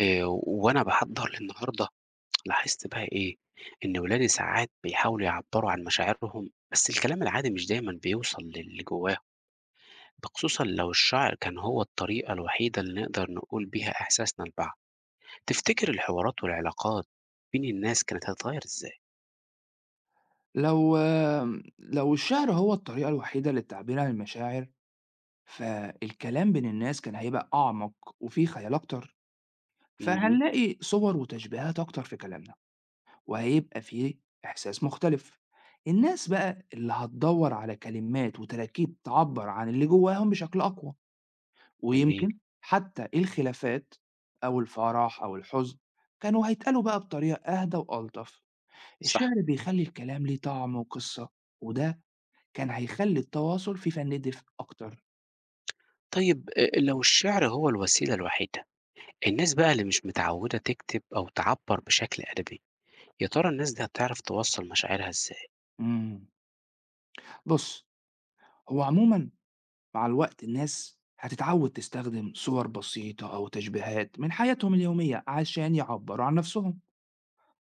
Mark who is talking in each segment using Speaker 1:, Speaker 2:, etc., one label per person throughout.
Speaker 1: وأنا باحضّر للنهارده لاحظت بقى إيه، إن ولادي ساعات بيحاولوا يعبّروا عن مشاعرهم، بس الكلام العادي مش دايمًا بيوصل للي جواهم، ده خصوصًا لو الشعر كان هو الطريقة الوحيدة اللي نقدر نقول بيها إحساسنا لبعض. تفتكر الحوارات والعلاقات بين الناس كانت هتتغيّر إزاي؟
Speaker 2: لو لو الشعر هو الطريقة الوحيدة للتعبير عن المشاعر، فالكلام بين الناس كان هيبقى أعمق وفيه خيال أكتر،
Speaker 1: اهم،
Speaker 2: فهنلاقي صور وتشبيهات أكتر في كلامنا، وهيبقى فيه إحساس مختلف. الناس بقى اللي هتدور على كلمات وتراكيب تعبر عن اللي جواهم بشكل أقوى،
Speaker 1: جميل،
Speaker 2: ويمكن حتى الخلافات أو الفرح أو الحزن كانوا هيتقالوا بقى بطريقة أهدى وألطف. الشعر
Speaker 1: صح.
Speaker 2: بيخلي الكلام ليه طعم وقصة، وده كان هيخلّي التواصل فيه فنادِف أكتر.
Speaker 1: طيب لو الشعر هو الوسيلة الوحيدة، الناس بقى اللي مش متعوّدة تكتب أو تعبّر بشكل أدبي، يا ترى الناس دي هتعرف توصّل مشاعرها إزاي؟
Speaker 2: إمم. بُص، هو عمومًا مع الوقت الناس هتتعوّد تستخدم صور بسيطة أو تشبيهات من حياتهم اليومية عشان يعبّروا عن نَفْسهم،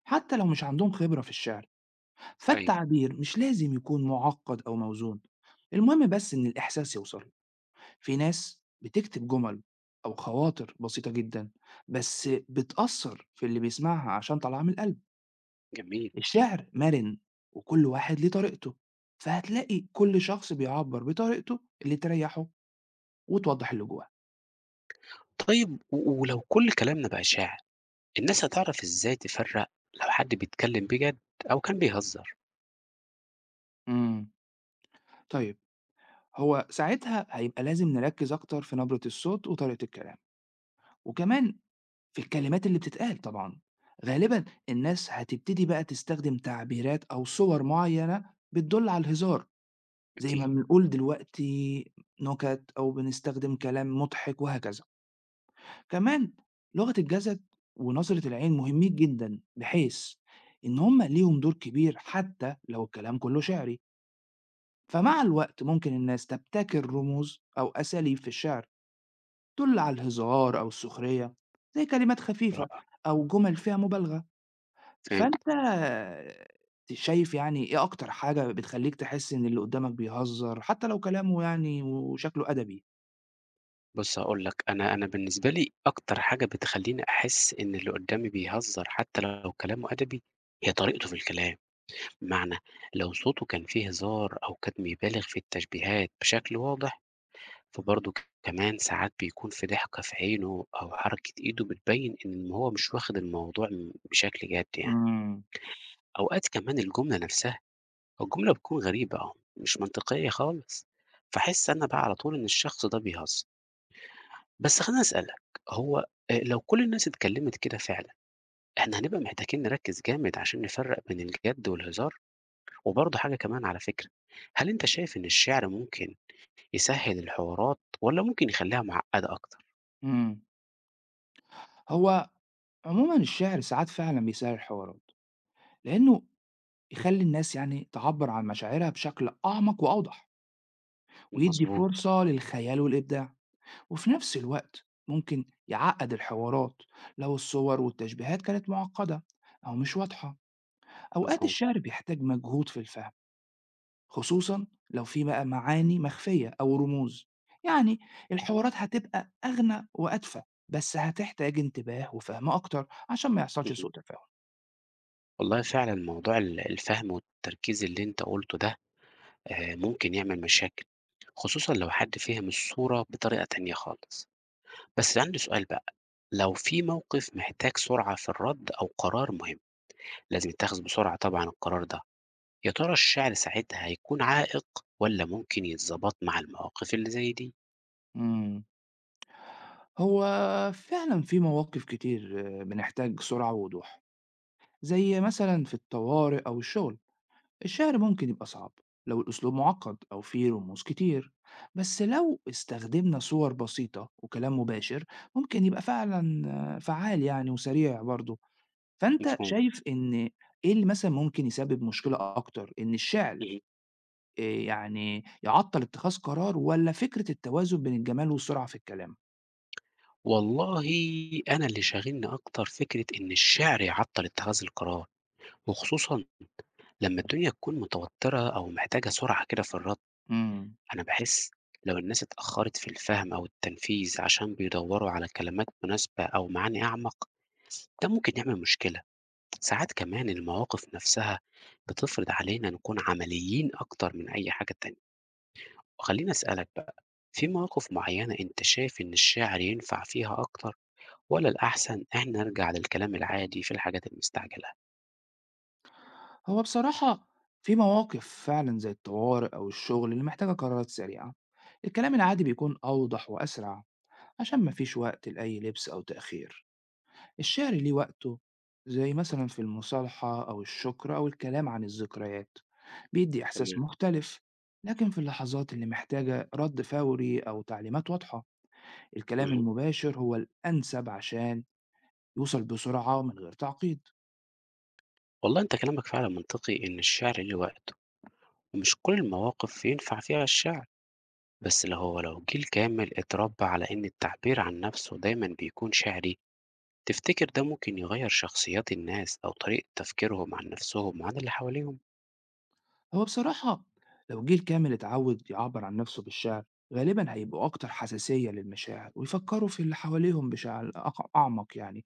Speaker 2: حتى لو مش عندهم خبرة في الشِعر،
Speaker 1: أيوه،
Speaker 2: فالتعبير مش لازم يكون مُعقّد أو موزون، المهم بس إن الإحساس يوصل. في ناس بتكتب جُمل أو خواطر بسيطة جدًا، بس بتأثّر في اللي بيسمعها عشان طالعة من القلب.
Speaker 1: جميل.
Speaker 2: الشعر مرن وكل واحد ليه طريقته فهتلاقي كل شخص بيعبر بطريقته اللي تريحه وتوضح اللي جواه.
Speaker 1: طيب و ولو كل كلامنا بقى إشاعة، الناس هتعرف إزاي تفرّق لو حد بيتكلّم بجد أو كان بيهزّر؟
Speaker 2: امم طيب، هو ساعتها هيبقى لازم نركز أكتر في نبرة الصوت وطريقة الكلام، وكمان في الكلمات اللي بتتقال. طبعا غالبا الناس هتبتدي بقى تستخدم تعبيرات أو صور معينة بتدل على الهزار، زي ما
Speaker 1: أوكي،
Speaker 2: بنقول دلوقتي نكت أو بنستخدم كلام مضحك وهكذا. كمان لغة الجسد ونظرة العين مهمين جدًا، بحيث إن هم ليهم دور كبير حتى لو الكلام كله شعري، فمع الوقت ممكن الناس تبتكر رموز أو أساليب في الشعر تدل على الهزار أو السخرية، زي كلمات خفيفة
Speaker 1: رائع،
Speaker 2: أو جمل فيها مبالغة.
Speaker 1: فهمت.
Speaker 2: فأنت شايف يعني إيه أكتر حاجة بتخلّيك تحس إن اللي قدامك بيهزر حتى لو كلامه يعني وشكله أدبي؟
Speaker 1: بُص هاقول لك، أنا بالنسبة لي أكتر حاجة بتخلّيني أحس إن اللي قدّامي بيهزّر حتى لو كلامه أدبي، هي طريقته في الكلام. بمعنى، لو صوته كان فيه هزار أو كان بيبالغ في التشبيهات بشكل واضح، فبرضه كمان ساعات بيكون في ضحكة في عينه أو حركة إيده بتبيّن إن هو مش واخد الموضوع بشكل جَد يعني.
Speaker 2: إمم،
Speaker 1: أوقات كمان الجملة بتكون غريبة أو مش منطقية خالص، فأحس أنا بقى على طول إن الشخص ده بيهزر. بس خليني أسألك، هو آه، لو كل الناس اتكلمت كده فعلا، احنا هنبقى محتاجين نركز جامد عشان نفرق بين الجد والهزار. وبرضه حاجة كمان على فكرة، هل انت شايف ان الشعر ممكن يسهل الحوارات ولا ممكن يخليها معقدة اكتر؟
Speaker 2: إمم. هو عمومًا الشعر ساعات فعلًا بيسهّل الحوارات. لأنه يخلّي الناس يعني تعبّر عن مشاعرها بشكل أعمق وأوضح، ويدّي
Speaker 1: مظبوط،
Speaker 2: فرصة للخيال والإبداع، وفي نفس الوقت ممكن يعقّد الحوارات لو الصور والتشبيهات كانت معقّدة أو مش واضحة. أوقات
Speaker 1: مفهوم،
Speaker 2: الشعر بيحتاج مجهود في الفهم، خصوصًا لو في بقى معاني مخفية أو رموز، يعني الحوارات هتبقى أغنى وأدفى، بس هتحتاج انتباه وفهم أكتر عشان ما يحصلش
Speaker 1: مهم.
Speaker 2: سوء تفاهم.
Speaker 1: والله فعلا موضوع الفهم والتركيز اللي انت قلته ده ممكن يعمل مشاكل، خصوصًا لو حد فِهم الصورة بطريقة تانية خالص. بس عندي سؤال بقى، لو في موقف محتاج سرعة في الرد أو قرار مهم، لازم يتاخد بسرعة طبعًا القرار ده، يا ترى الشعر ساعتها هيكون عائق والّا ممكن يتضبط مع المواقف اللي زي دي؟
Speaker 2: إمم. هو فعلا في مواقف كتير بنحتاج سرعة ووضوح، زي مثلا في الطوارئ أو الشغل. الشعر ممكن يبقى صعب لو الأسلوب معقد أو فيه رموز كتير، بس لو استخدمنا صور بسيطة وكلام مباشر ممكن يبقى فعلا فعال يعني وسريع برضه. فأنت
Speaker 1: مفهوم،
Speaker 2: شايف إن إيه اللي مثلا ممكن يسبب مشكلة أكتر، إن الشعر
Speaker 1: اهم.
Speaker 2: إيه يعني يعطل اتخاذ قرار ولا فكرة التوازن بين الجمال والسرعة في الكلام؟
Speaker 1: والله، أنا اللي شاغلني أكتر فكرة إن الشعر يعطّل اتخاذ القرار، وخصوصًا لمّا الدنيا تكون متوترة أو محتاجة سرعة كده في الرد.
Speaker 2: مم.
Speaker 1: أنا باحس لو الناس اتأخّرت في الفهم أو التنفيذ عشان بيدوّروا على كلمات مناسبة أو معاني أعمق، ده ممكن يعمل مشكلة. ساعات كمان المواقف نفسها بتفرض علينا نكون عمليين أكتر من أي حاجة تانية. وخلّيني أسألك بقى، في مواقف معيّنة أنت شايف إن الشعر ينفع فيها أكتر والّا الأحسن إحنا نرجع للكلام العادي في الحاجات المستعجلة؟
Speaker 2: هو بصراحة في مواقف فعلا زي الطوارئ أو الشغل اللي محتاجة قرارات سريعة، الكلام العادي بيكون أوضح وأسرع عشان مفيش وقت لأي لبس أو تأخير. الشعر ليه وقته، زي مثلا في المصالحة أو الشكر أو الكلام عن الذكريات، بيدي إحساس
Speaker 1: تمام،
Speaker 2: مختلف، لكن في اللحظات اللي محتاجة رد فوري أو تعليمات واضحة الكلام
Speaker 1: اهم.
Speaker 2: المباشر هو الأنسب عشان يوصل بسرعة من غير تعقيد.
Speaker 1: والله أنت كلامك فعلًا منطقي، إن الشعر ليه وقته ومش كل المواقف ينفع فيها الشعر. بس اللي هو لو جيل كامل اتربى على إن التعبير عن نفسه دايما بيكون شعري، تفتكر ده ممكن يغير شخصيات الناس أو طريقة تفكيرهم عن نفسهم عن اللي حواليهم؟
Speaker 2: هو بصراحة لو الجيل كامل اتعود يعبر عن نفسه بالشعر غالبا هيبقوا أكتر حساسية للمشاعر ويفكروا في اللي حواليهم بشعر أعمق يعني،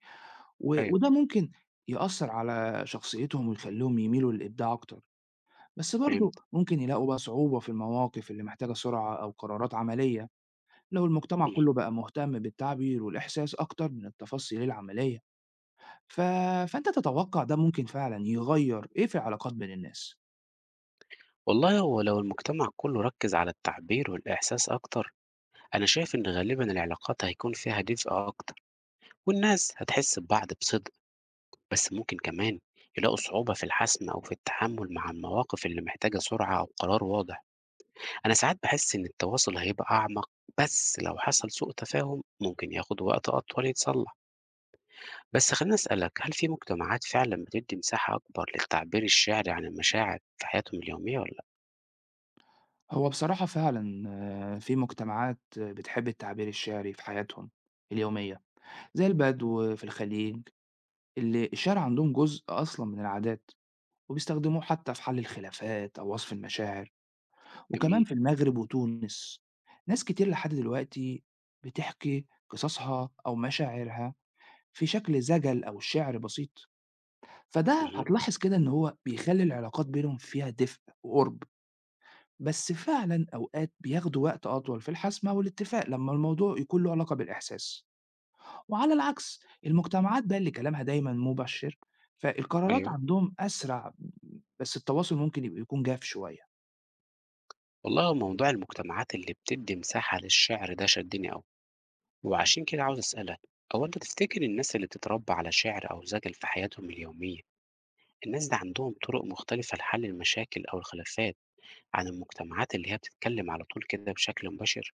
Speaker 1: ايوه،
Speaker 2: وده ممكن يأثر على شخصيتهم ويخليهم يميلوا للإبداع أكتر، بس برضه
Speaker 1: فهمت،
Speaker 2: ممكن يلاقوا بقى صعوبة في المواقف اللي محتاجة سرعة أو قرارات عملية. لو المجتمع
Speaker 1: مم.
Speaker 2: كله بقى مهتم بالتعبير والإحساس أكتر من التفاصيل العملية، ف... فأنت تتوقع ده ممكن فعلا يغير إيه في العلاقات بين الناس؟
Speaker 1: والله هو لو المجتمع كله ركز على التعبير والإحساس أكتر، أنا شايف إن غالبا العلاقات هيكون فيها دفء أكتر، والناس هتحس ببعض بصدق، بس ممكن كمان يلاقوا صعوبة في الحسم أو في التحمل مع المواقف اللي محتاجة سرعة أو قرار واضح. أنا ساعات باحس إن التواصل هيبقى أعمق، بس لو حصل سوء تفاهم ممكن ياخد وقت أطول يتصلح، بس خليني أسألك، هل في مجتمعات فعلًا بتدي مساحة أكبر للتعبير الشعري عن المشاعر في حياتهم اليومية والّا لأ؟
Speaker 2: هو بصراحة فعلًا في مجتمعات بتحب التعبير الشعري في حياتهم اليومية، زي البدو في الخليج اللي الشعر عندهم جزء أصلًا من العادات، وبيستخدموه حتى في حل الخلافات أو وصف المشاعر، وكمان
Speaker 1: جميل،
Speaker 2: في المغرب وتونس ناس كتير لحد دلوقتي بتحكي قصصها أو مشاعرها في شكل زجل أو شعر بسيط، فده
Speaker 1: اهم،
Speaker 2: هتلاحظ كده إن هو بيخلي العلاقات بينهم فيها دفء وقرب. بس فعلًا أوقات بياخدوا وقت أطول في الحسم أو الاتفاق لمّا الموضوع يكون له علاقة بالإحساس، وعلى العكس المجتمعات بقى اللي كلامها دايمًا مبشر، فالقرارات
Speaker 1: أيوه.
Speaker 2: عندهم أسرع بس التواصل ممكن يبقى يكون جاف شوية.
Speaker 1: والله هو موضوع المجتمعات اللي بتدي مساحة للشعر ده شدني أوي، وعشان كده عاوز أسألك، هو أنت تفتكر الناس اللي بتتربى على شعر أو زجل في حياتهم اليومية، الناس دي عندهم طرق مختلفة لحل المشاكل أو الخلافات عن المجتمعات اللي هي بتتكلم على طول كده بشكل مباشر؟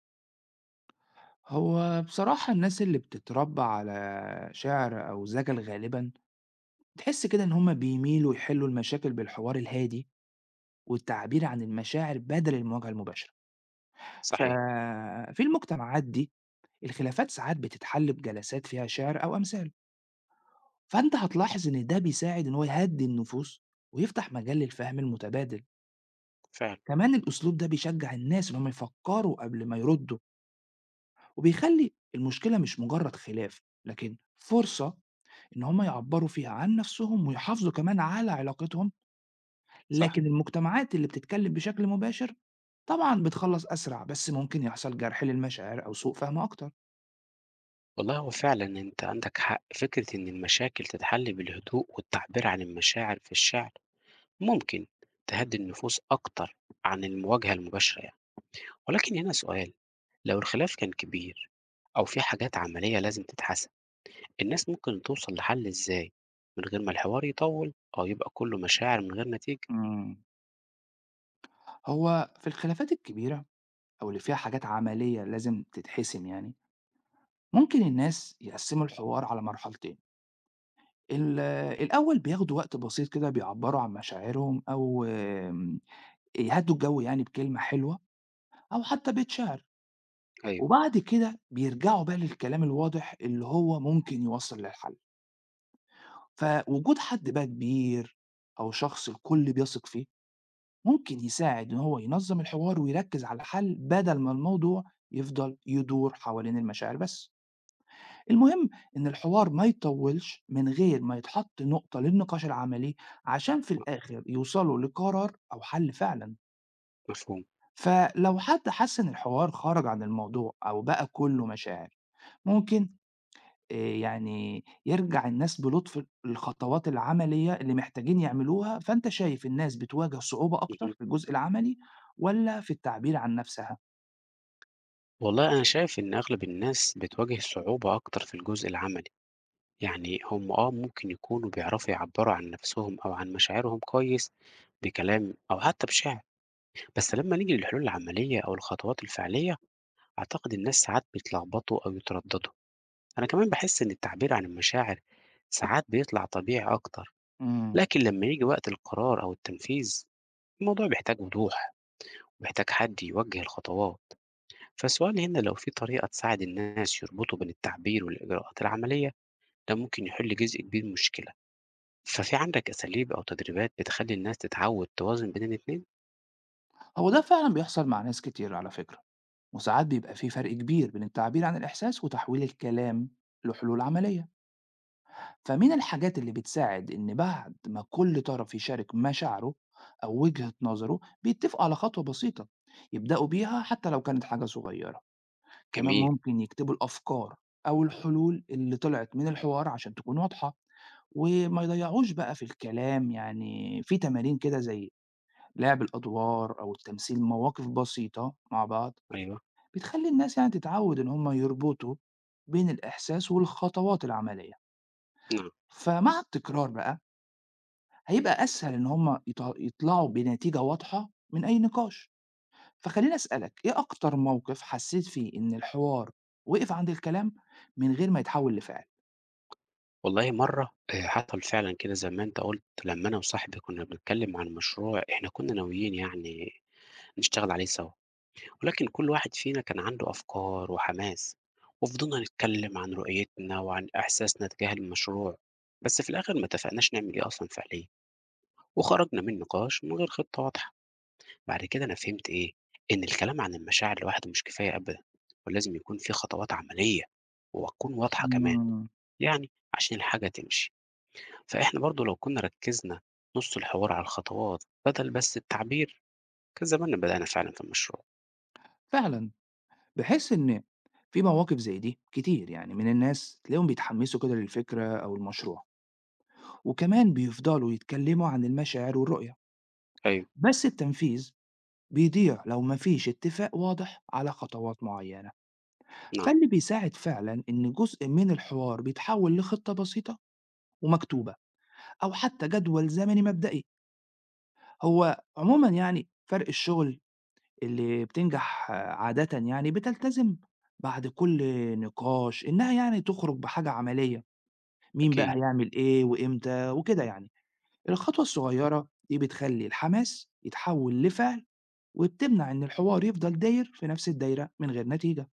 Speaker 2: هو بصراحة الناس اللي بتتربى على شعر أو زجل غالبًا تحس كده إن هم بيميلوا يحلوا المشاكل بالحوار الهادي والتعبير عن المشاعر بدل المواجهة المباشرة.
Speaker 1: صحيح،
Speaker 2: ففي المجتمعات دي الخلافات ساعات بتتحل بجلسات فيها شعر أو أمثال. فأنت هتلاحظ إن ده بيساعد إن هو يهدّي النفوس ويفتح مجال للفهم المتبادل،
Speaker 1: فعلًا،
Speaker 2: كمان الأسلوب ده بيشجّع الناس إن هم يفكّروا قبل ما يردّوا وبيخلّي المشكلة مش مجرّد خلاف، لكن فرصة إن هم يعبّروا فيها عن نَفْسهم ويحافظوا كمان على علاقتهم،
Speaker 1: صح.
Speaker 2: لكن المجتمعات اللي بتتكلّم بشكل مباشر طبعًا بتخلّص أسرع، بس ممكن يحصل جرح للمشاعر أو سوء فهم أكتر.
Speaker 1: والله هو فعلًا أنت عندك حق، فكرة إن المشاكل تتحل بالهدوء والتعبير عن المشاعر في الشعر ممكن تهدّي النفوس أكتر عن المواجهة المباشرة يعني، ولكن هنا سؤال، لو الخلاف كان كبير أو في حاجات عملية لازم تتحسم، الناس ممكن توصل لحل إزاي من غير ما الحوار يطوّل أو يبقى كلّه مشاعر من غير نتيجة؟
Speaker 2: إمم. هو في الخلافات الكبيرة أو اللي فيها حاجات عملية لازم تتحسم يعني، ممكن الناس يقسّموا الحوار على مرحلتين، ال الأول بياخدوا وقت بسيط كده بيعبّروا عن مشاعرهم أو آمم، يهدّوا الجو يعني بكلمة حلوة أو حتى بيت شعر،
Speaker 1: أيوه،
Speaker 2: وبعد كده بيرجعوا بقى للكلام الواضح اللي هو ممكن يوصّل للحل. فوجود حد بقى كبير أو شخص الكل بيثق فيه، ممكن يساعد إن هو ينظّم الحوار ويركّز على الحل بدل ما الموضوع يفضل يدور حوالين المشاعر بس. المهم إن الحوار ما يطوّلش من غير ما يتحط نقطة للنقاش العملي، عشان في
Speaker 1: م
Speaker 2: الآخر يوصلوا لقرار أو حل فعلًا.
Speaker 1: مفهوم،
Speaker 2: فلو حد حس إن الحوار خرج عن الموضوع أو بقى كُلّه مشاعر، ممكن يعني يرجع الناس بلطف للخطوات العملية اللي محتاجين يعملوها. فأنت شايف الناس بتواجه صعوبة أكتر
Speaker 1: اهم.
Speaker 2: في الجزء العملي والّا في التعبير عن نَفْسها؟
Speaker 1: والله أنا شايف إن أغلب الناس بتواجه صعوبة أكتر في الجزء العملي. يعني هم آه ممكن يكونوا بيعرفوا يعبّروا عن نَفْسهم أو عن مشاعرهم كويس بكلام أو حتى بشعر، بس لمّا نيجي للحلول العملية أو الخطوات الفعلية، أعتقد الناس ساعات بيتلخبطوا أو يتردّدوا. أنا كمان باحس إن التعبير عن المشاعر ساعات بيطلع طبيعي أكتر،
Speaker 2: إمم،
Speaker 1: لكن لمّا ييجي وقت القرار أو التنفيذ، الموضوع بيحتاج وضوح، وبيحتاج حد يوجّه الخطوات. فالسؤال هنا، لو في طريقة تساعد الناس يربطوا بين التعبير والإجراءات العملية، ده ممكن يحل جزء كبير من المشكلة. ففي عندك أساليب أو تدريبات بتخلّي الناس تتعوّد توازن بين الاتنين؟
Speaker 2: هو ده فعلًا بيحصل مع ناس كتير على فكرة. وساعات بيبقى في فرق كبير بين التعبير عن الإحساس وتحويل الكلام لحلول عملية، فمن الحاجات اللي بتساعد إن بعد ما كل طرف يشارك مشاعره أو وجهة نظره بيتفقوا على خطوة بسيطة يبدأوا بيها حتى لو كانت حاجة صغيرة. كمان
Speaker 1: جميل،
Speaker 2: ممكن يكتبوا الأفكار أو الحلول اللي طلعت من الحوار عشان تكون واضحة وما يضيعوش بقى في الكلام. يعني في تمارين كده زي لعب الأدوار أو التمثيل مواقف بسيطة مع بعض
Speaker 1: أيوه،
Speaker 2: بتخلّي الناس يعني تتعوّد إن هم يربطوا بين الإحساس والخطوات العملية،
Speaker 1: نعم.
Speaker 2: فمع التكرار بقى هيبقى أسهل إن هم يطلعوا بنتيجة واضحة من أي نقاش. فخلّيني أسألك، إيه أكتر موقف حسّيت فيه إن الحوار وقف عند الكلام من غير ما يتحوّل لفِعل؟
Speaker 1: والله مرّة حصل فعلًا كده زي ما أنت قُلت، لمّا أنا وصاحبي كُنّا بنتكلّم عن مشروع إحنا كُنّا ناويين يعني نشتغل عليه سوا، ولكن كل واحد فينا كان عنده أفكار وحماس، وفضلنا نتكلّم عن رؤيتنا وعن إحساسنا تجاه المشروع، بس في الآخر ما اتفقناش نعمل إيه أصلًا فعليًا، وخرجنا من نقاش من غير خطة واضحة. بعد كده أنا فهمت إيه، إن الكلام عن المشاعر لوحده مش كفاية أبدًا، ولازم يكون في خطوات عملية وتكون واضحة كمان،
Speaker 2: إمم،
Speaker 1: يعني عشان الحاجة تمشي، فإحنا برضه لو كنا ركّزنا نُص الحوار على الخطوات بدل بس التعبير، كان زماننا بدأنا فعلًا في المشروع.
Speaker 2: فعلًا باحس إن في مواقف زي دي كتير يعني من الناس تلاقيهم بيتحمّسوا كده للفكرة أو المشروع، وكمان بيفضلوا يتكلّموا عن المشاعر والرؤية،
Speaker 1: أيوه،
Speaker 2: بس التنفيذ بيضيع لو ما فيش اتفاق واضح على خطوات معينة.
Speaker 1: نعم،
Speaker 2: فاللي بيساعد فعلا إن جزء من الحوار بيتحول لخطة بسيطة ومكتوبة أو حتى جدول زمني مبدئي. هو عموما يعني فرق الشغل اللي بتنجح عادة يعني بتلتزم بعد كل نقاش إنها يعني تخرج بحاجة عملية، مين بقى
Speaker 1: أكيد،
Speaker 2: هيعمل إيه وإمتى وكده يعني. الخطوة الصغيرة دي بتخلي الحماس يتحول لفعل وبتمنع إن الحوار يفضل داير في نفس الدايرة من غير نتيجة.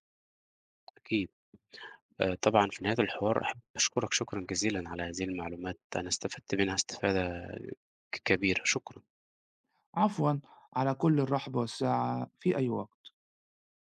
Speaker 1: أكيد. طبعًا في نهاية الحوار أحب أشكرك شكرًا جزيلًا على هذه المعلومات، أنا استفدت منها استفادة كبيرة، شكرًا.
Speaker 2: عفوًا، على كل الرحب والسعة في أي وقت.